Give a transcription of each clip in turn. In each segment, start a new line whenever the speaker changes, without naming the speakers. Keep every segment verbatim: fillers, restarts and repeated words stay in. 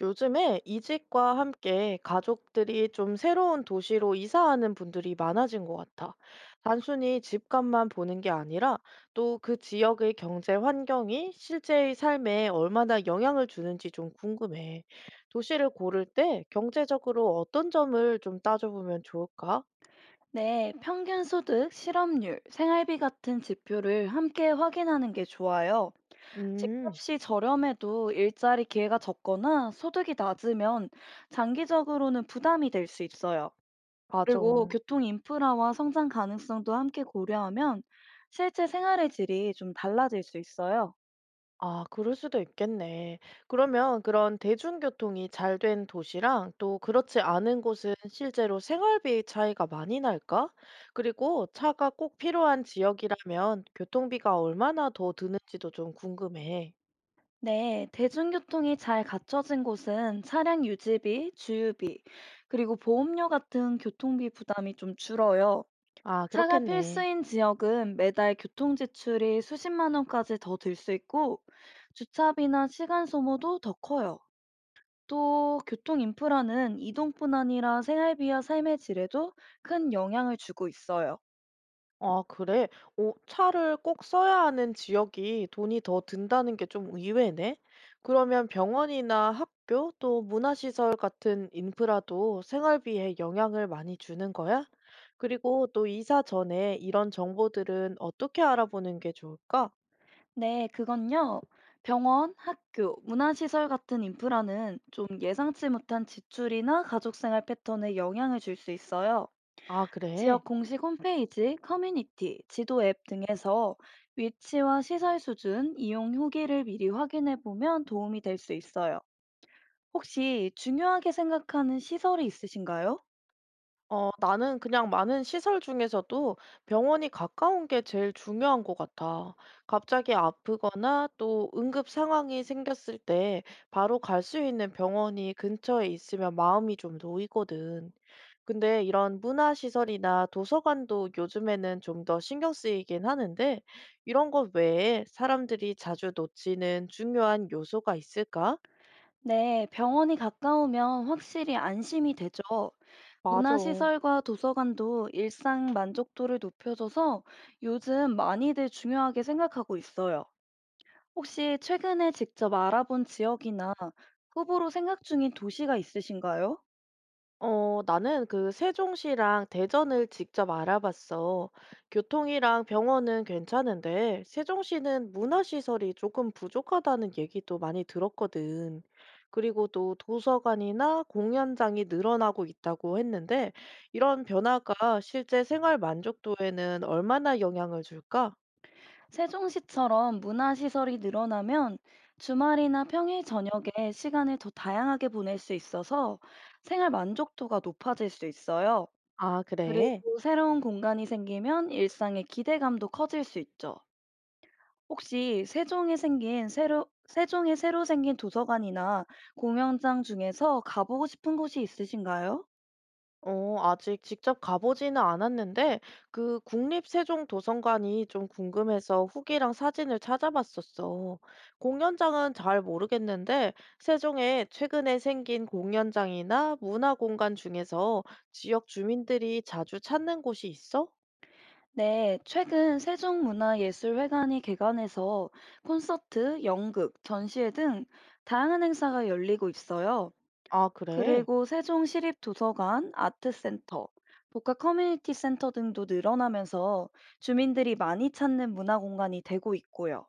요즘에 이직과 함께 가족들이 좀 새로운 도시로 이사하는 분들이 많아진 것 같아. 단순히 집값만 보는 게 아니라 또 그 지역의 경제 환경이 실제의 삶에 얼마나 영향을 주는지 좀 궁금해. 도시를 고를 때 경제적으로 어떤 점을 좀 따져보면 좋을까?
네, 평균 소득, 실업률, 생활비 같은 지표를 함께 확인하는 게 좋아요.
음,
집값이 저렴해도 일자리 기회가 적거나 소득이 낮으면 장기적으로는 부담이 될 수 있어요.
맞아.
그리고 교통 인프라와 성장 가능성도 함께 고려하면 실제 생활의 질이 좀 달라질 수 있어요.
아, 그럴 수도 있겠네. 그러면 그런 대중교통이 잘 된 도시랑 또 그렇지 않은 곳은 실제로 생활비 차이가 많이 날까? 그리고 차가 꼭 필요한 지역이라면 교통비가 얼마나 더 드는지도 좀 궁금해.
네, 대중교통이 잘 갖춰진 곳은 차량 유지비, 주유비, 그리고 보험료 같은 교통비 부담이 좀 줄어요.
아,
차가
그렇겠네.
필수인 지역은 매달 교통 지출이 수십만 원까지 더 들 수 있고 주차비나 시간 소모도 더 커요. 또 교통 인프라는 이동뿐 아니라 생활비와 삶의 질에도 큰 영향을 주고 있어요.
아 그래? 어 차를 꼭 써야 하는 지역이 돈이 더 든다는 게 좀 의외네. 그러면 병원이나 학교 또 문화시설 같은 인프라도 생활비에 영향을 많이 주는 거야? 그리고 또 이사 전에 이런 정보들은 어떻게 알아보는 게 좋을까?
네, 그건요. 병원, 학교, 문화시설 같은 인프라는 좀 예상치 못한 지출이나 가족 생활 패턴에 영향을 줄 수 있어요.
아, 그래.
지역 공식 홈페이지, 커뮤니티, 지도 앱 등에서 위치와 시설 수준, 이용 후기를 미리 확인해 보면 도움이 될 수 있어요. 혹시 중요하게 생각하는 시설이 있으신가요?
어, 나는 그냥 많은 시설 중에서도 병원이 가까운 게 제일 중요한 것 같아. 갑자기 아프거나 또 응급 상황이 생겼을 때 바로 갈 수 있는 병원이 근처에 있으면 마음이 좀 놓이거든. 근데 이런 문화시설이나 도서관도 요즘에는 좀 더 신경 쓰이긴 하는데, 이런 것 외에 사람들이 자주 놓치는 중요한 요소가 있을까?
네, 병원이 가까우면 확실히 안심이 되죠.
맞아.
문화시설과 도서관도 일상 만족도를 높여줘서 요즘 많이들 중요하게 생각하고 있어요. 혹시 최근에 직접 알아본 지역이나 후보로 생각 중인 도시가 있으신가요?
어, 나는 그 세종시랑 대전을 직접 알아봤어. 교통이랑 병원은 괜찮은데, 세종시는 문화시설이 조금 부족하다는 얘기도 많이 들었거든. 그리고 또 도서관이나 공연장이 늘어나고 있다고 했는데, 이런 변화가 실제 생활 만족도에는 얼마나 영향을 줄까?
세종시처럼 문화시설이 늘어나면 주말이나 평일 저녁에 시간을 더 다양하게 보낼 수 있어서 생활 만족도가 높아질 수 있어요.
아,
그리고
그래.
새로운 공간이 생기면 일상의 기대감도 커질 수 있죠. 혹시 세종에 생긴 새로, 세종에 새로 생긴 도서관이나 공연장 중에서 가보고 싶은 곳이 있으신가요?
어, 아직 직접 가보지는 않았는데, 그 국립세종도서관이 좀 궁금해서 후기랑 사진을 찾아봤었어. 공연장은 잘 모르겠는데, 세종에 최근에 생긴 공연장이나 문화공간 중에서 지역 주민들이 자주 찾는 곳이 있어?
네, 최근 세종문화예술회관이 개관해서 콘서트, 연극, 전시회 등 다양한 행사가 열리고 있어요.
아, 그래?
그리고 세종시립도서관, 아트센터, 복합 커뮤니티 센터 등도 늘어나면서 주민들이 많이 찾는 문화 공간이 되고 있고요.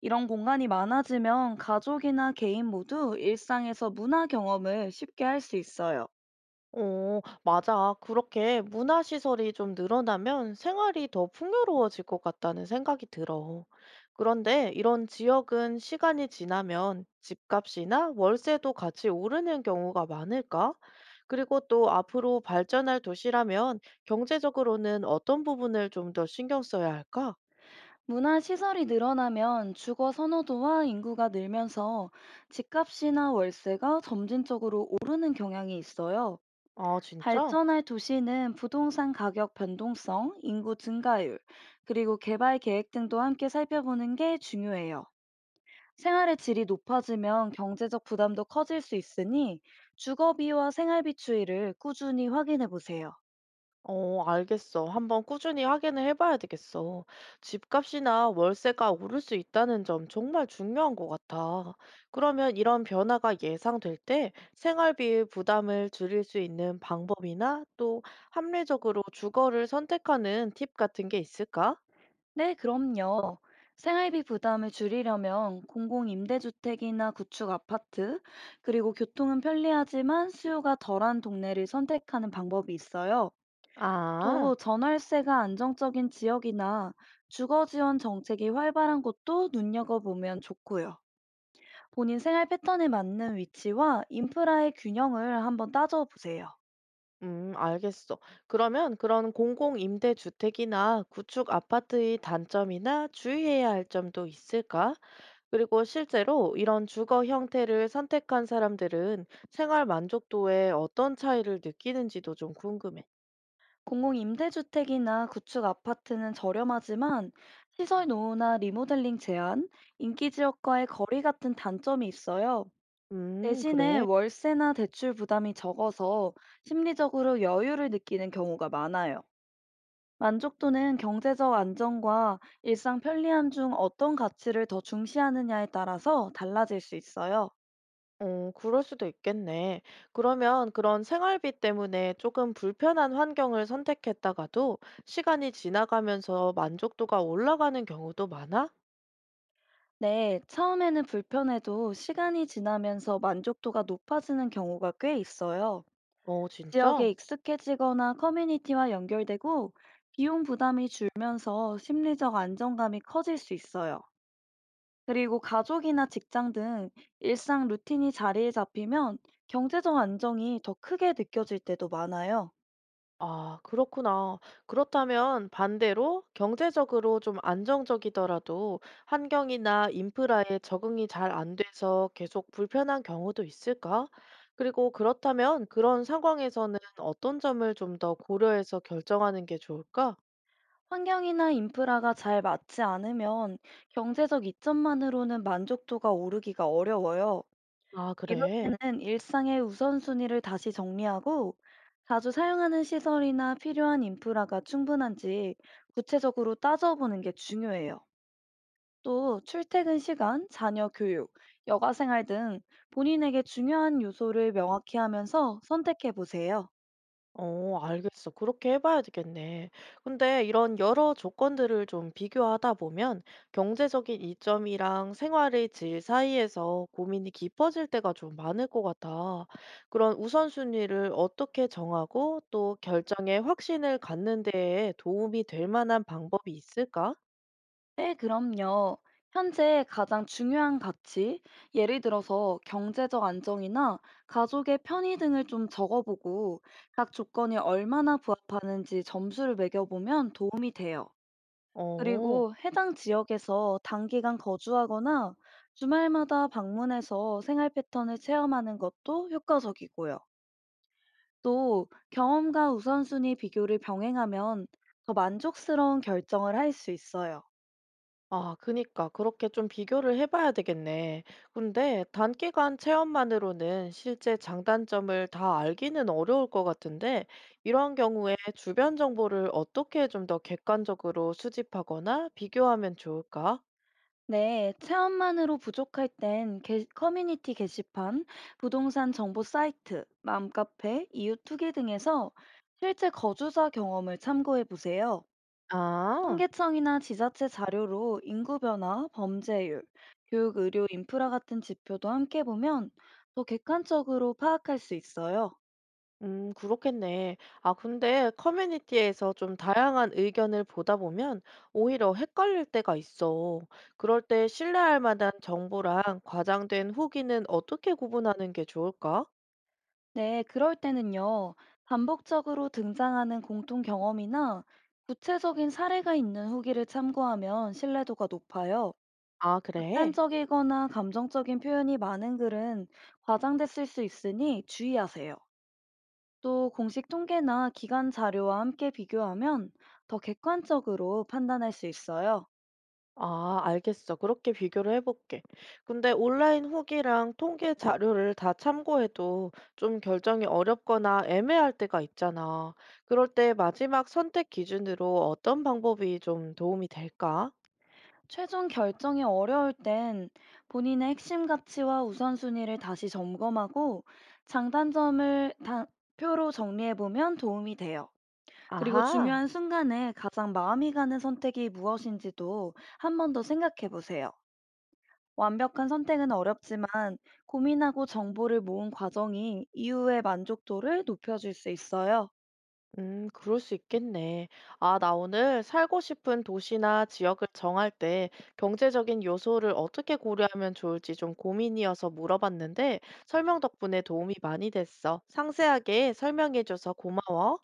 이런 공간이 많아지면 가족이나 개인 모두 일상에서 문화 경험을 쉽게 할 수 있어요.
어, 맞아. 그렇게 문화시설이 좀 늘어나면 생활이 더 풍요로워질 것 같다는 생각이 들어. 그런데 이런 지역은 시간이 지나면 집값이나 월세도 같이 오르는 경우가 많을까? 그리고 또 앞으로 발전할 도시라면 경제적으로는 어떤 부분을 좀 더 신경 써야 할까?
문화시설이 늘어나면 주거 선호도와 인구가 늘면서 집값이나 월세가 점진적으로 오르는 경향이 있어요.
아, 진짜?
발전할 도시는 부동산 가격 변동성, 인구 증가율, 그리고 개발 계획 등도 함께 살펴보는 게 중요해요. 생활의 질이 높아지면 경제적 부담도 커질 수 있으니 주거비와 생활비 추이를 꾸준히 확인해 보세요.
어, 알겠어. 한번 꾸준히 확인을 해봐야 되겠어. 집값이나 월세가 오를 수 있다는 점 정말 중요한 것 같아. 그러면 이런 변화가 예상될 때 생활비의 부담을 줄일 수 있는 방법이나 또 합리적으로 주거를 선택하는 팁 같은 게 있을까?
네, 그럼요. 생활비 부담을 줄이려면 공공임대주택이나 구축 아파트, 그리고 교통은 편리하지만 수요가 덜한 동네를 선택하는 방법이 있어요.
아,
또 전월세가 안정적인 지역이나 주거 지원 정책이 활발한 곳도 눈여겨보면 좋고요. 본인 생활 패턴에 맞는 위치와 인프라의 균형을 한번 따져보세요.
음, 알겠어. 그러면 그런 공공임대주택이나 구축 아파트의 단점이나 주의해야 할 점도 있을까? 그리고 실제로 이런 주거 형태를 선택한 사람들은 생활 만족도에 어떤 차이를 느끼는지도 좀 궁금해.
공공 임대주택이나 구축 아파트는 저렴하지만 시설 노후나 리모델링 제한, 인기 지역과의 거리 같은 단점이 있어요.
음,
대신에
그래.
월세나 대출 부담이 적어서 심리적으로 여유를 느끼는 경우가 많아요. 만족도는 경제적 안정과 일상 편리함 중 어떤 가치를 더 중시하느냐에 따라서 달라질 수 있어요.
어, 그럴 수도 있겠네. 그러면 그런 생활비 때문에 조금 불편한 환경을 선택했다가도 시간이 지나가면서 만족도가 올라가는 경우도 많아?
네, 처음에는 불편해도 시간이 지나면서 만족도가 높아지는 경우가 꽤 있어요.
어,
지역에
진짜?
익숙해지거나 커뮤니티와 연결되고 비용 부담이 줄면서 심리적 안정감이 커질 수 있어요. 그리고 가족이나 직장 등 일상 루틴이 자리에 잡히면 경제적 안정이 더 크게 느껴질 때도 많아요.
아, 그렇구나. 그렇다면 반대로 경제적으로 좀 안정적이더라도 환경이나 인프라에 적응이 잘 안 돼서 계속 불편한 경우도 있을까? 그리고 그렇다면 그런 상황에서는 어떤 점을 좀 더 고려해서 결정하는 게 좋을까?
환경이나 인프라가 잘 맞지 않으면 경제적 이점만으로는 만족도가 오르기가 어려워요.
아,
이럴
그래.
때는 일상의 우선순위를 다시 정리하고 자주 사용하는 시설이나 필요한 인프라가 충분한지 구체적으로 따져보는 게 중요해요. 또 출퇴근 시간, 자녀 교육, 여가 생활 등 본인에게 중요한 요소를 명확히 하면서 선택해 보세요.
어, 알겠어. 그렇게 해봐야 되겠네. 근데 이런 여러 조건들을 좀 비교하다 보면 경제적인 이점이랑 생활의 질 사이에서 고민이 깊어질 때가 좀 많을 것 같아. 그런 우선순위를 어떻게 정하고 또 결정에 확신을 갖는 데에 도움이 될 만한 방법이 있을까?
네, 그럼요. 현재 가장 중요한 가치, 예를 들어서 경제적 안정이나 가족의 편의 등을 좀 적어보고 각 조건이 얼마나 부합하는지 점수를 매겨보면 도움이 돼요.
어.
그리고 해당 지역에서 단기간 거주하거나 주말마다 방문해서 생활 패턴을 체험하는 것도 효과적이고요. 또 경험과 우선순위 비교를 병행하면 더 만족스러운 결정을 할 수 있어요.
아, 그니까 그렇게 좀 비교를 해봐야 되겠네. 근데 단기간 체험만으로는 실제 장단점을 다 알기는 어려울 것 같은데, 이런 경우에 주변 정보를 어떻게 좀 더 객관적으로 수집하거나 비교하면 좋을까?
네, 체험만으로 부족할 땐 게- 커뮤니티 게시판, 부동산 정보 사이트, 맘카페, 이웃 투기 등에서 실제 거주자 경험을 참고해 보세요.
아,
통계청이나 지자체 자료로 인구 변화, 범죄율, 교육, 의료, 인프라 같은 지표도 함께 보면 더 객관적으로 파악할 수 있어요.
음, 그렇겠네. 아, 근데 커뮤니티에서 좀 다양한 의견을 보다 보면 오히려 헷갈릴 때가 있어. 그럴 때 신뢰할 만한 정보랑 과장된 후기는 어떻게 구분하는 게 좋을까?
네, 그럴 때는요, 반복적으로 등장하는 공통 경험이나 구체적인 사례가 있는 후기를 참고하면 신뢰도가 높아요.
아 그래?
극단적이거나 감정적인 표현이 많은 글은 과장됐을 수 있으니 주의하세요. 또 공식 통계나 기관 자료와 함께 비교하면 더 객관적으로 판단할 수 있어요.
아 알겠어. 그렇게 비교를 해 볼게. 근데 온라인 후기랑 통계 자료를 다 참고해도 좀 결정이 어렵거나 애매할 때가 있잖아. 그럴 때 마지막 선택 기준으로 어떤 방법이 좀 도움이 될까?
최종 결정이 어려울 땐 본인의 핵심 가치와 우선순위를 다시 점검하고 장단점을 다- 표로 정리해보면 도움이 돼요. 그리고
아하.
중요한 순간에 가장 마음이 가는 선택이 무엇인지도 한 번 더 생각해보세요. 완벽한 선택은 어렵지만 고민하고 정보를 모은 과정이 이후의 만족도를 높여줄 수 있어요.
음, 그럴 수 있겠네. 아, 나 오늘 살고 싶은 도시나 지역을 정할 때 경제적인 요소를 어떻게 고려하면 좋을지 좀 고민이어서 물어봤는데 설명 덕분에 도움이 많이 됐어. 상세하게 설명해줘서 고마워.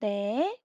네.